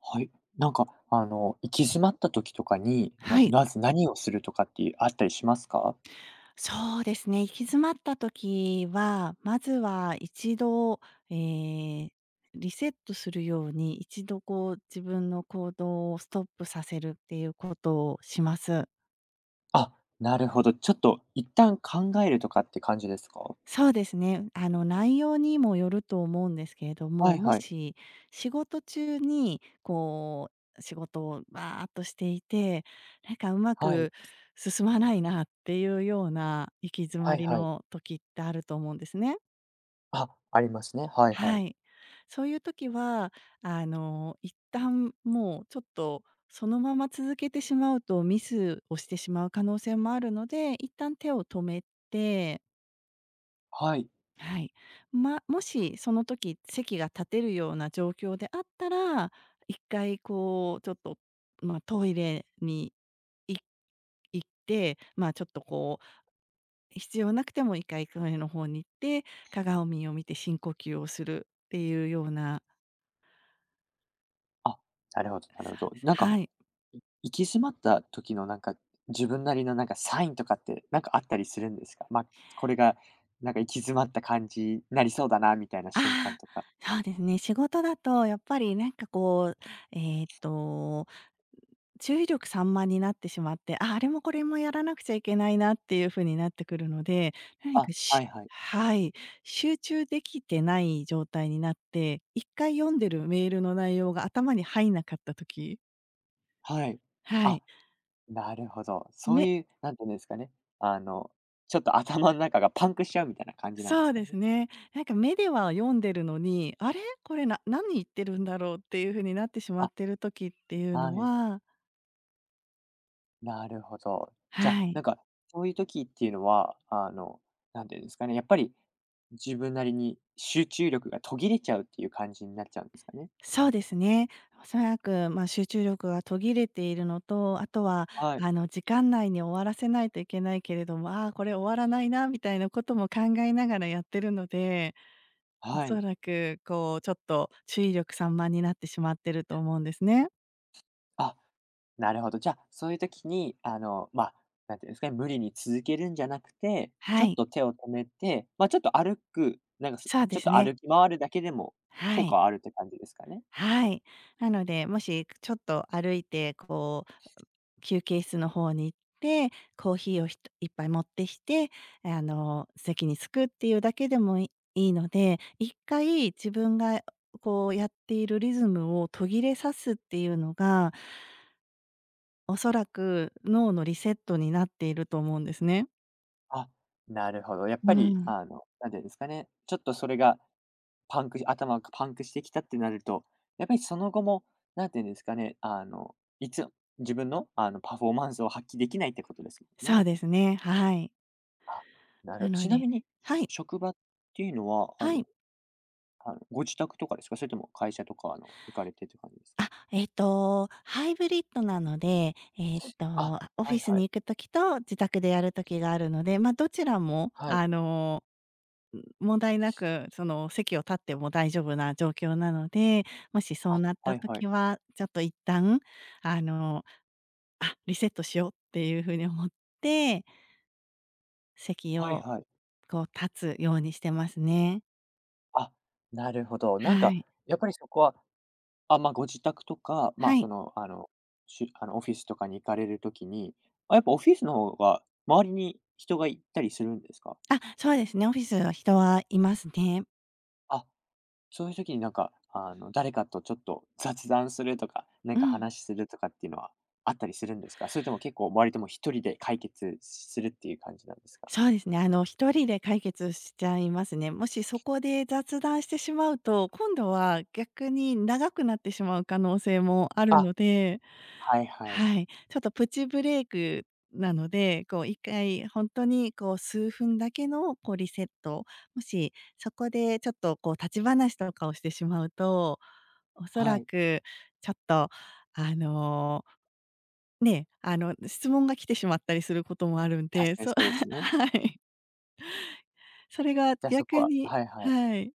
はい。行き詰まった時とかに、はい。まず何をするとかっていうあったりしますか？そうですね、行き詰まった時は、まずは一度、えーリセットするように、一度こう自分の行動をストップさせるっていうことをします。あ、なるほど。ちょっと一旦考えるとかって感じですか？そうですね、あの、内容にもよると思うんですけれどはも、いもはい。し仕事中に仕事をバーっとしていて、なんかうまはい。く進まないなっていうような行き詰まはいりはい。の時ってあると思うんですね。あ、ありますね。はいははい。い。そういう時は、あの、一旦もうちょっとそのまま続けてしまうとミスをしてしまう可能性もあるので、一旦手を止めて、はい。はい。ま、もしその時席が立てるような状況であったら、一回こうちょっと、ま、トイレにい行って、ま、ちょっとこう、必要なくても一回トイレの方に行って、鏡を見て深呼吸をするっていうようなあ、なるほどそなるほうでど。す。はい。行き詰まった時のなんか、自分なりのなんかサインとかって、なんかあったりするんですか？これがなんか行き詰まった感じなりそうだなみたいな瞬間あとか。あ、そうですね。仕事だとやっぱりなんかこう、えっと、注意力散漫になってしまって、あ、あれもこれもやらなくちゃいけないなっていう風になってくるので、何あ、かはしいはい。はい、集中できてない状態になって、一回読んでるメールの内容が頭に入んなかった時、はい。はあ、い、なるほど。そうめ、いう、なんていうんですかね、あの、ちょっと頭の中がパンクしちゃうみたいな感じなんでそうすかですね？ね。なんか目では読んでるのに、あれ、これな何言ってるんだろうっていう風になってしまっあ、てる時っていうはのい。はなるほど。あ、はない、んか、そういう時っていうのは、なんていうんですかね、やっぱり、自分なりに集中力が途切れちゃうっていう感じになっちゃうんですかね？そうですね。おそらく、まあ、集中力が途切れているのと、あとは、はい。あの、時間内に終わらせないといけないけれども、ああ、これ終わらないなみたいなことも考えながらやってるので、おはそい。らく、こう、ちょっと注意力散漫になってしまってると思うんですね。あ、なるほど。じゃあ、そういう時に、まあ、なんていうんですかね、無理に続けるんじゃなくて、ちはょっい、と手を止めて、まあ、そうちでょっすとね。歩き回るだけでもは効果い、はあるって感じですかね？はい。なので、もし、ちょっと歩いて、こう休憩室の方に行って、コーヒーをひと1杯持ってきて、あの、席に着くっていうだけでもいいいので、一回自分がこうやっているリズムを途切れさすっていうのが、おそらく脳のリセットになっていると思うんですね。あ、なるほど。やっうぱり、ん。なんていうんですかね、ちょっとそれがパンクし頭がパンクしてきたってなると、やっぱりその後も、なんていうんですかね、いつ自分の、パフォーマンスを発揮できないってことですもんそね。うですね、はい。あ、なるなほど。のちなでみに、はい、職場っていうのは、はい。あの、ご自宅とかですか？それとも会社とか、あの、行かれてって感じですか？あ、えっと、ハイブリッドなので、えっあ、と、オフはィいスはにい。行くときと自宅でやるときがあるので、ま、どちらも、はい。あの、問題なく、その、席を立っても大丈夫な状況なので、もしそあ。うなっはたいはい。時は、ちょっと一旦、あの、あ、リセットしようっていう風に思って、席はいを、はい。こう、立つようにしてますね。あ、なるほど。なんはか、い。やっぱりそこはまあ、ご自宅とか、まはあ、い。あの、オフィスとかに行かれるときに、あ、やっぱオフィスの方が周りに人がいたりするんですか？あ、そうですね、オフィスは人はいますね。あ、そういう時になんか、あの、誰かとちょっと雑談するとか、なんうかん。話するとかっていうのはあったりするんですか？それとも結構周りともう一人で解決するっていう感じなんですか？そうですね。あの、一人で解決しちゃいますね。もしそこで雑談してしまうと、今度は逆に長くなってしまう可能性もあるのあで、はいはい。はい。ちょっとプチブレイクなので、こう一回本当にこう数分だけのこうリセット、もしそこでちょっとこう立ち話とかをしてしまうと、おそはらい、くちょっとあの、ね、あの、質問が来てしまったりすることもあるん確で、かにそう そうです ね。はい。それがじゃ、あそこ逆はにはいはい。はい。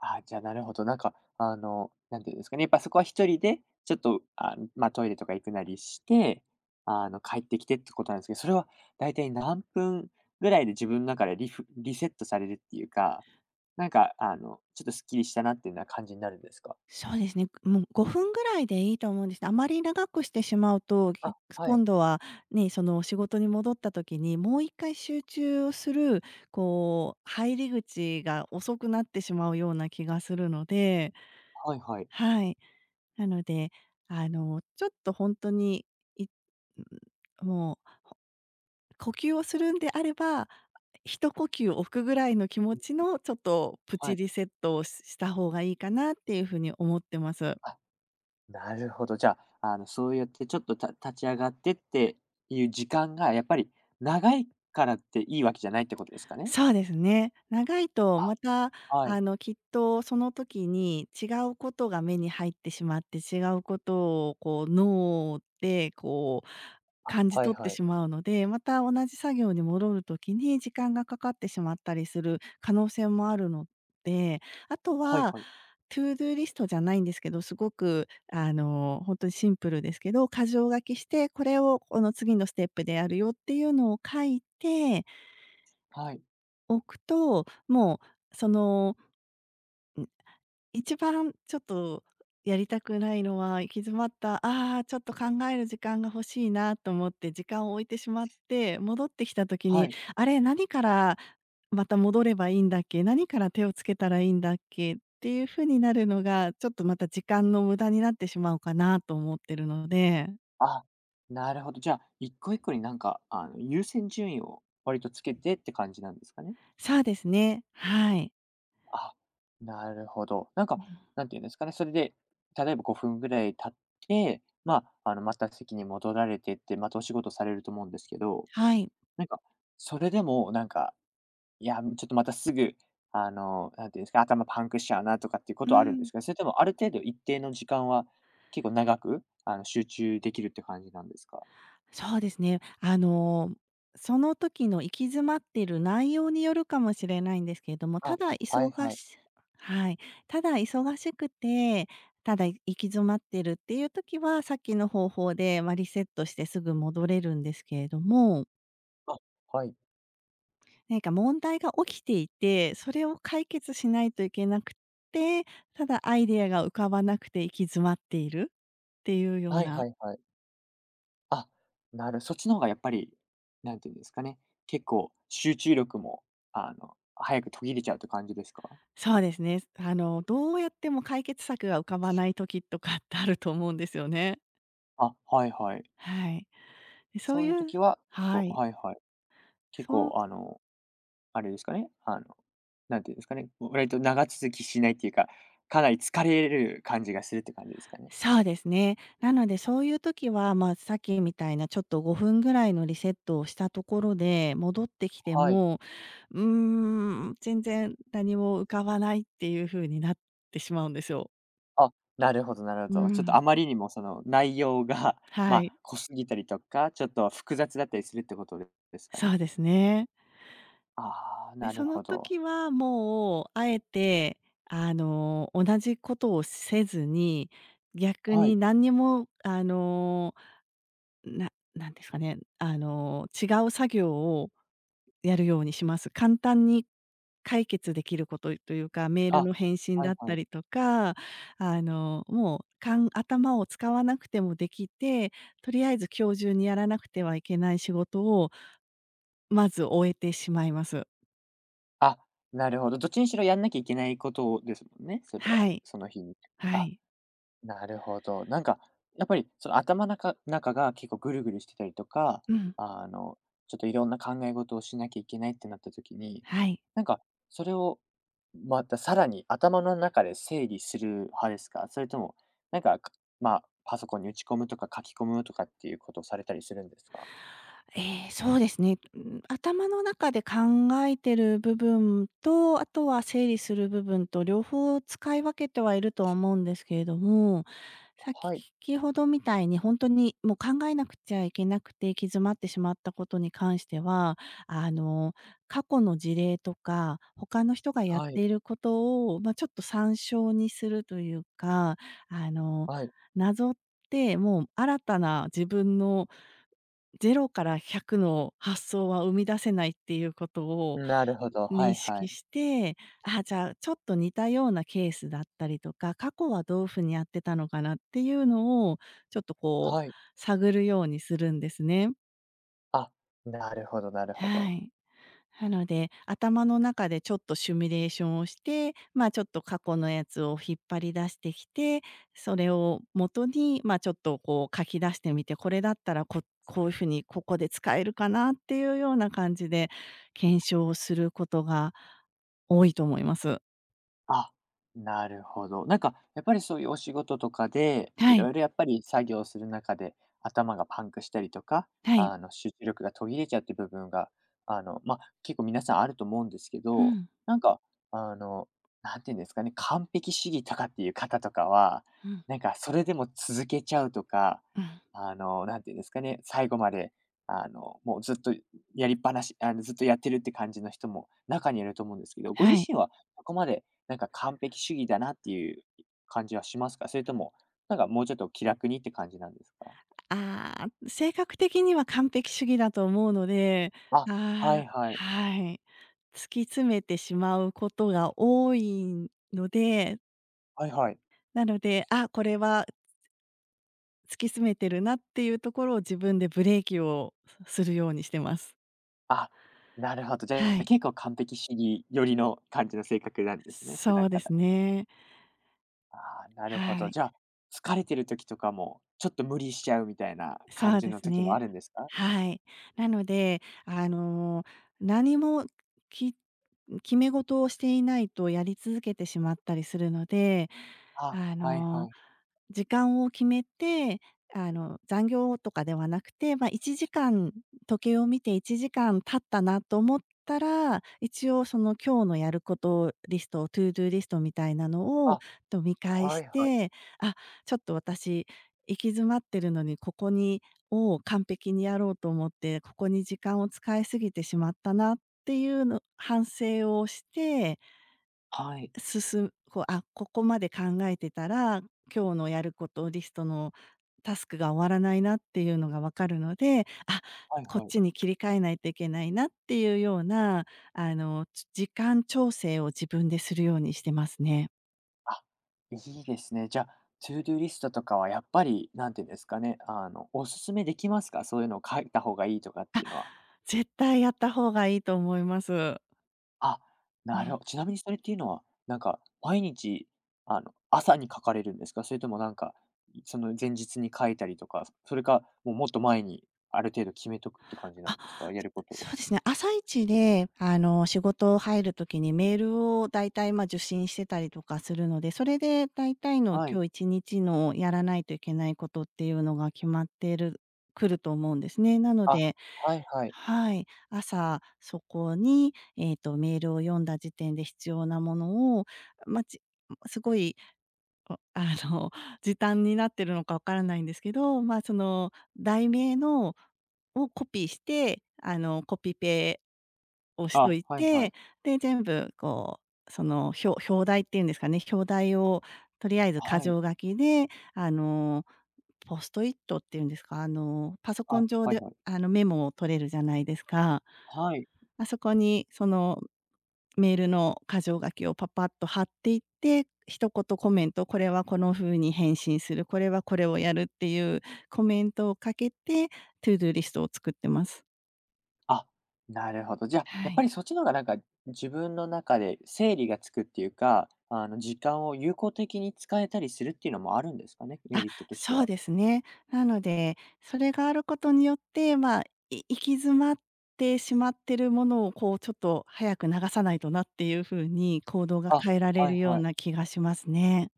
あじゃ、あなるほど。なんか、なんていうんですかね、やっぱそこは一人で、ちょっと、ま、トイレとか行くなりして、あの、帰ってきてってことなんですけど、それはだいたい何分ぐらいで自分の中でリセットされるっていうか、なんか、あの、ちょっとスッキリしたなっていうような感じになるんですか？そうですね。もう5分ぐらいでいいと思うんですね。あまり長くしてしまうと、あ、はい。今度はね、その仕事に戻った時に、もう1回集中をする、こう、入り口が遅くなってしまうような気がするので、はいはい。はい。なので、あの、ちょっとほんとに、いもう呼吸をするんであれば一呼吸置くぐらいの気持うん、ちの、ちょっとプはチい。リセットをした方がいいかなっていうふうに思ってます。あ、なるほど。じゃあ、あの、そうやってちょっとた立ち上がってっていう時間がやっぱり長いからっていいわけじゃないってことですかね？そうですね。長いとあ、また、はい。あの、きっとその時に違うことが目に入ってしまって、違うことをこう脳でこうあ、感じはい取ってはい。しまうので、また同じ作業に戻る時に時間がかかってしまったりする可能性もあるので、あとはいは、はい。トゥードゥーリストじゃないんですけど、すごくあの、本当にシンプルですけど、箇条書きして、これをこの次のステップでやるよっていうのを書いてはい。置くと、もうその、ん、一番ちょっとやりたくないのは、行き詰まった、ああ、ちょっと考える時間が欲しいなと思って時間を置いてしまって、戻ってきた時はに、い。あれ、何からまた戻ればいいんだっけ、何から手をつけたらいいんだっけっていう風になるのが、ちょっとまた時間の無駄になってしまうかなと思ってるので。あ、なるほど。じゃあ、一個一個になんか、あの、優先順位を割とつけてって感じなんですかね？そうですね、はい。あ、なるほど。なんか、なんていうんですかね、それで、例えば5分ぐらい経って、まあ、あの、また席に戻られてって、またお仕事されると思うんですけど、はい。なんか、それでもなんか、いや、ちょっとまたすぐ、あの、なんていうんですか、頭パンクしちゃうなとかっていうこうとはあるんでん。すか？それともある程度一定の時間は、結構長く、あの、集中できるって感じなんですか？そうですね。あの、その時の行き詰まっている内容によるかもしれないんですけれども、たあ、だはい忙はい。しはい。ただ忙しくて、ただ行き詰まってるっていう時は、さっきの方法で、まあ、リセットしてすぐ戻れるんですけれども、あ、はい。何か問題が起きていて、それを解決しないといけなくて、ただアイデアが浮かばなくて行き詰まっているっていうようはいなはいはい。あ、なる。そっちの方がやっぱり、なんていうんですかね、結構集中力も、あの、早く途切れちゃうって感じですか？そうですね。あの、どうやっても解決策が浮かばない時とかってあると思うんですよね。あ、はいはい。はい。で、そうそういいうう時は、結は構い。はいはい。結そ構うあのあれですかね、あの、なんていうんですかね、割と長続きしないっていうか、かなり疲れる感じがするって感じですかね？そうですね。なのでそういう時は、まあ、さっきみたいなちょっと5分ぐらいのリセットをしたところで、戻ってきてはい。も、うーん、全然何も浮かばないっていう風になってしまうんですよ。あ、なるほどなるうほど。ちょっとん。あまりにもその内容が、はい。濃すぎたりとか、ちょっと複雑だったりするってことですかそね？うですね。ああ、で、なそるのほど。時はもう、あえて、あの、同じことをせずに、逆はにい。何にも、あの、ななんですかね、あの、違う作業をやるようにします。簡単に解決できることというか、メールあ、の返信はだいっはたい。りとか、あの、もう、頭を使わなくてもできて、とりあえず今日中にやらなくてはいけない仕事を、まず終えてしまいます。あ、なるほど。どっちにしろやんなきゃいけないことですもんね、それはは、い。その日に。はあ、い。なるほど。なんか、やっぱりその頭の中が結構ぐるぐるしてたりとか、うん。あの、ちょっといろんな考え事をしなきゃいけないってなった時に、はい。なんか、それをまたさらに頭の中で整理する派ですか？それとも、なんか、かまあ、パソコンに打ち込むとか書き込むとかっていうことをされたりするんですか？ええ、そうですね。うん、頭の中で考えてる部分と、あとは整理する部分と両方使い分けてはいるとは思うんですけれども、はい、先ほどみたいに本当にもう考えなくちゃいけなくて行き詰まってしまったことに関しては、あの、過去の事例とか、他の人がやっはい、ていることを、まあ、ちょっと参照にするというか、あの、はい。なぞって、もう新たな自分のゼロから100の発想は生み出せないっていうことをなるほど、は認いは識い。して、あじゃあ、ちょっと似たようなケースだったりとか、過去はどういうふうにやってたのかなっていうのを、ちょっとこうはい。探るようにするんですね。あ、なるほどなるほはど。い。なので、頭の中でちょっとシミュレーションをして、まあ、ちょっと過去のやつを引っ張り出してきて、それを元に、まあ、ちょっとこう書き出してみて、これだったらこういうふうにここで使えるかなっていうような感じで検証をすることが多いと思います。あ、なるほど。なんか、やっぱりそういうお仕事とかで、いはい、ろいろやっぱり作業する中で、頭がパンクしたりとか、はい。あの、集中力が途切れちゃうっていう部分が、あの、まあ、結構皆さんあると思うんですけうど、ん、なんか、あの、なんていうんですかね、完璧主義とかっていう方とかは、うん、なんかそれでも続けちゃうとか、うん。あの、なんていうんですかね、最後まで、あの、もうずっとやりっぱなしあの、ずっとやってるって感じの人も中にいると思うんですけど、ごは自い。身はそこまでなんか完璧主義だなっていう感じはしますか？それとも、なんかもうちょっと気楽にって感じなんですか？ああ、性格的には完璧主義だと思うので、あ、はあいはい。あ、はい。突き詰めてしまうことが多いので、はいはい。なので、これは突き詰めてるなっていうところを自分でブレーキをするようにしてます。あ、なるほど。じゃはあ、い。結構完璧主義寄りの感じの性格なんですね、普そ段うでから。すね。ああ、なるほはど。い。じゃあ、疲れてる時とかも、ちょっと無理しちゃうみたいなそ感うじでのす時もあね。るんですか？はい。なので、何もき決め事をしていないとやり続けてしまったりするので、あ、あはいはの、い。時間を決めて、残業とかではなくて、まあ、1時間時計を見て1時間経ったなと思ったら、一応その今日のやることリスト、トゥードゥリストみたいなのを、あ、と見返はしいはい。て、あ、ちょっと私行き詰まってるのにここにを完璧にやろうと思って、ここに時間を使いすぎてしまったなっていうの反省をして、はい。進こう、ここまで考えてたら、今日のやることリストのタスクが終わらないなっていうのが分かるので、はいこっはい。ちに切り替えないといけないなっていうような、時間調整を自分でするようにしてますね。あ、いいですね。じゃあ、トゥードゥーリストとかはやっぱり、なんていうんですかね、あの、おすすめできますか？そういうのを書いた方がいいとかっていうのは。絶対やった方がいいと思います。あ、うなるん。ほど。ちなみにそれっていうのは、なんか毎日、あの、朝に書かれるんですか？それともなんか、その前日に書いたりとか、それか、もうもっと前にある程度決めとくって感じなんあ、ですか？やることを。そうですね。朝一で、仕事入るときにメールをだいたい、ま、受信してたりとかするので、それでだいたいのはい。今日1日のやらないといけないことっていうのが決まってるくると思うんですね。なのあ、で、はいはい。はい、朝そこに、メールを読んだ時点で必要なものを、ま、すごいお あの、時短になってるのかわからないんですけど、まあ、その題名のをコピーして、コピペをしとあ、いはいはて、い。で、全部こう、その、表題っていうんですかね、表題をとりあえず箇はい。条書きで、あの、ポストイットっていうんですか、パソコあ、ン上はいで、はい。メモを取れるじゃないですか。はい。あそこにそのメールの箇条書きをパパッと貼っていって、一言コメント、これはこの風に返信する、これはこれをやるっていうコメントをかけて、トゥードゥーリストを作ってます。あ、なるほど。じゃあ、はやっぱい。りそっちの方がなんか、自分の中で整理がつくっていうか、あの、時間を有効的に使えたりするっていうのもあるんですかね？メリットとしてそうは。ですね。なので、それがあることによって、まあ、行き詰まってしまってるものをこうちょっと早く流さないとなっていう風に行動があ、変えられはいるようはい。な気がしますね。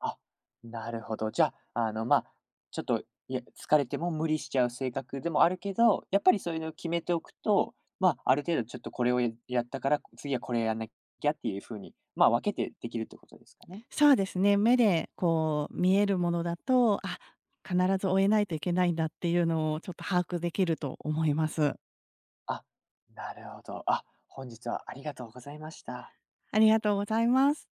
あ、なるほど。じゃあ、あの、まあ、ちょっと、いや、疲れても無理しちゃう性格でもあるけど、やっぱりそういうのを決めておくと、まあ、ある程度ちょっとこれをやったから、次はこれやんなきゃっていう風に、まあ、分けてできるってことですかね？そうですね、目でこう見えるものだと、必ず終えないといけないんだっていうのをちょっと把握できると思います。あ、なるほど。あ、本日はありがとうございました。ありがとうございます。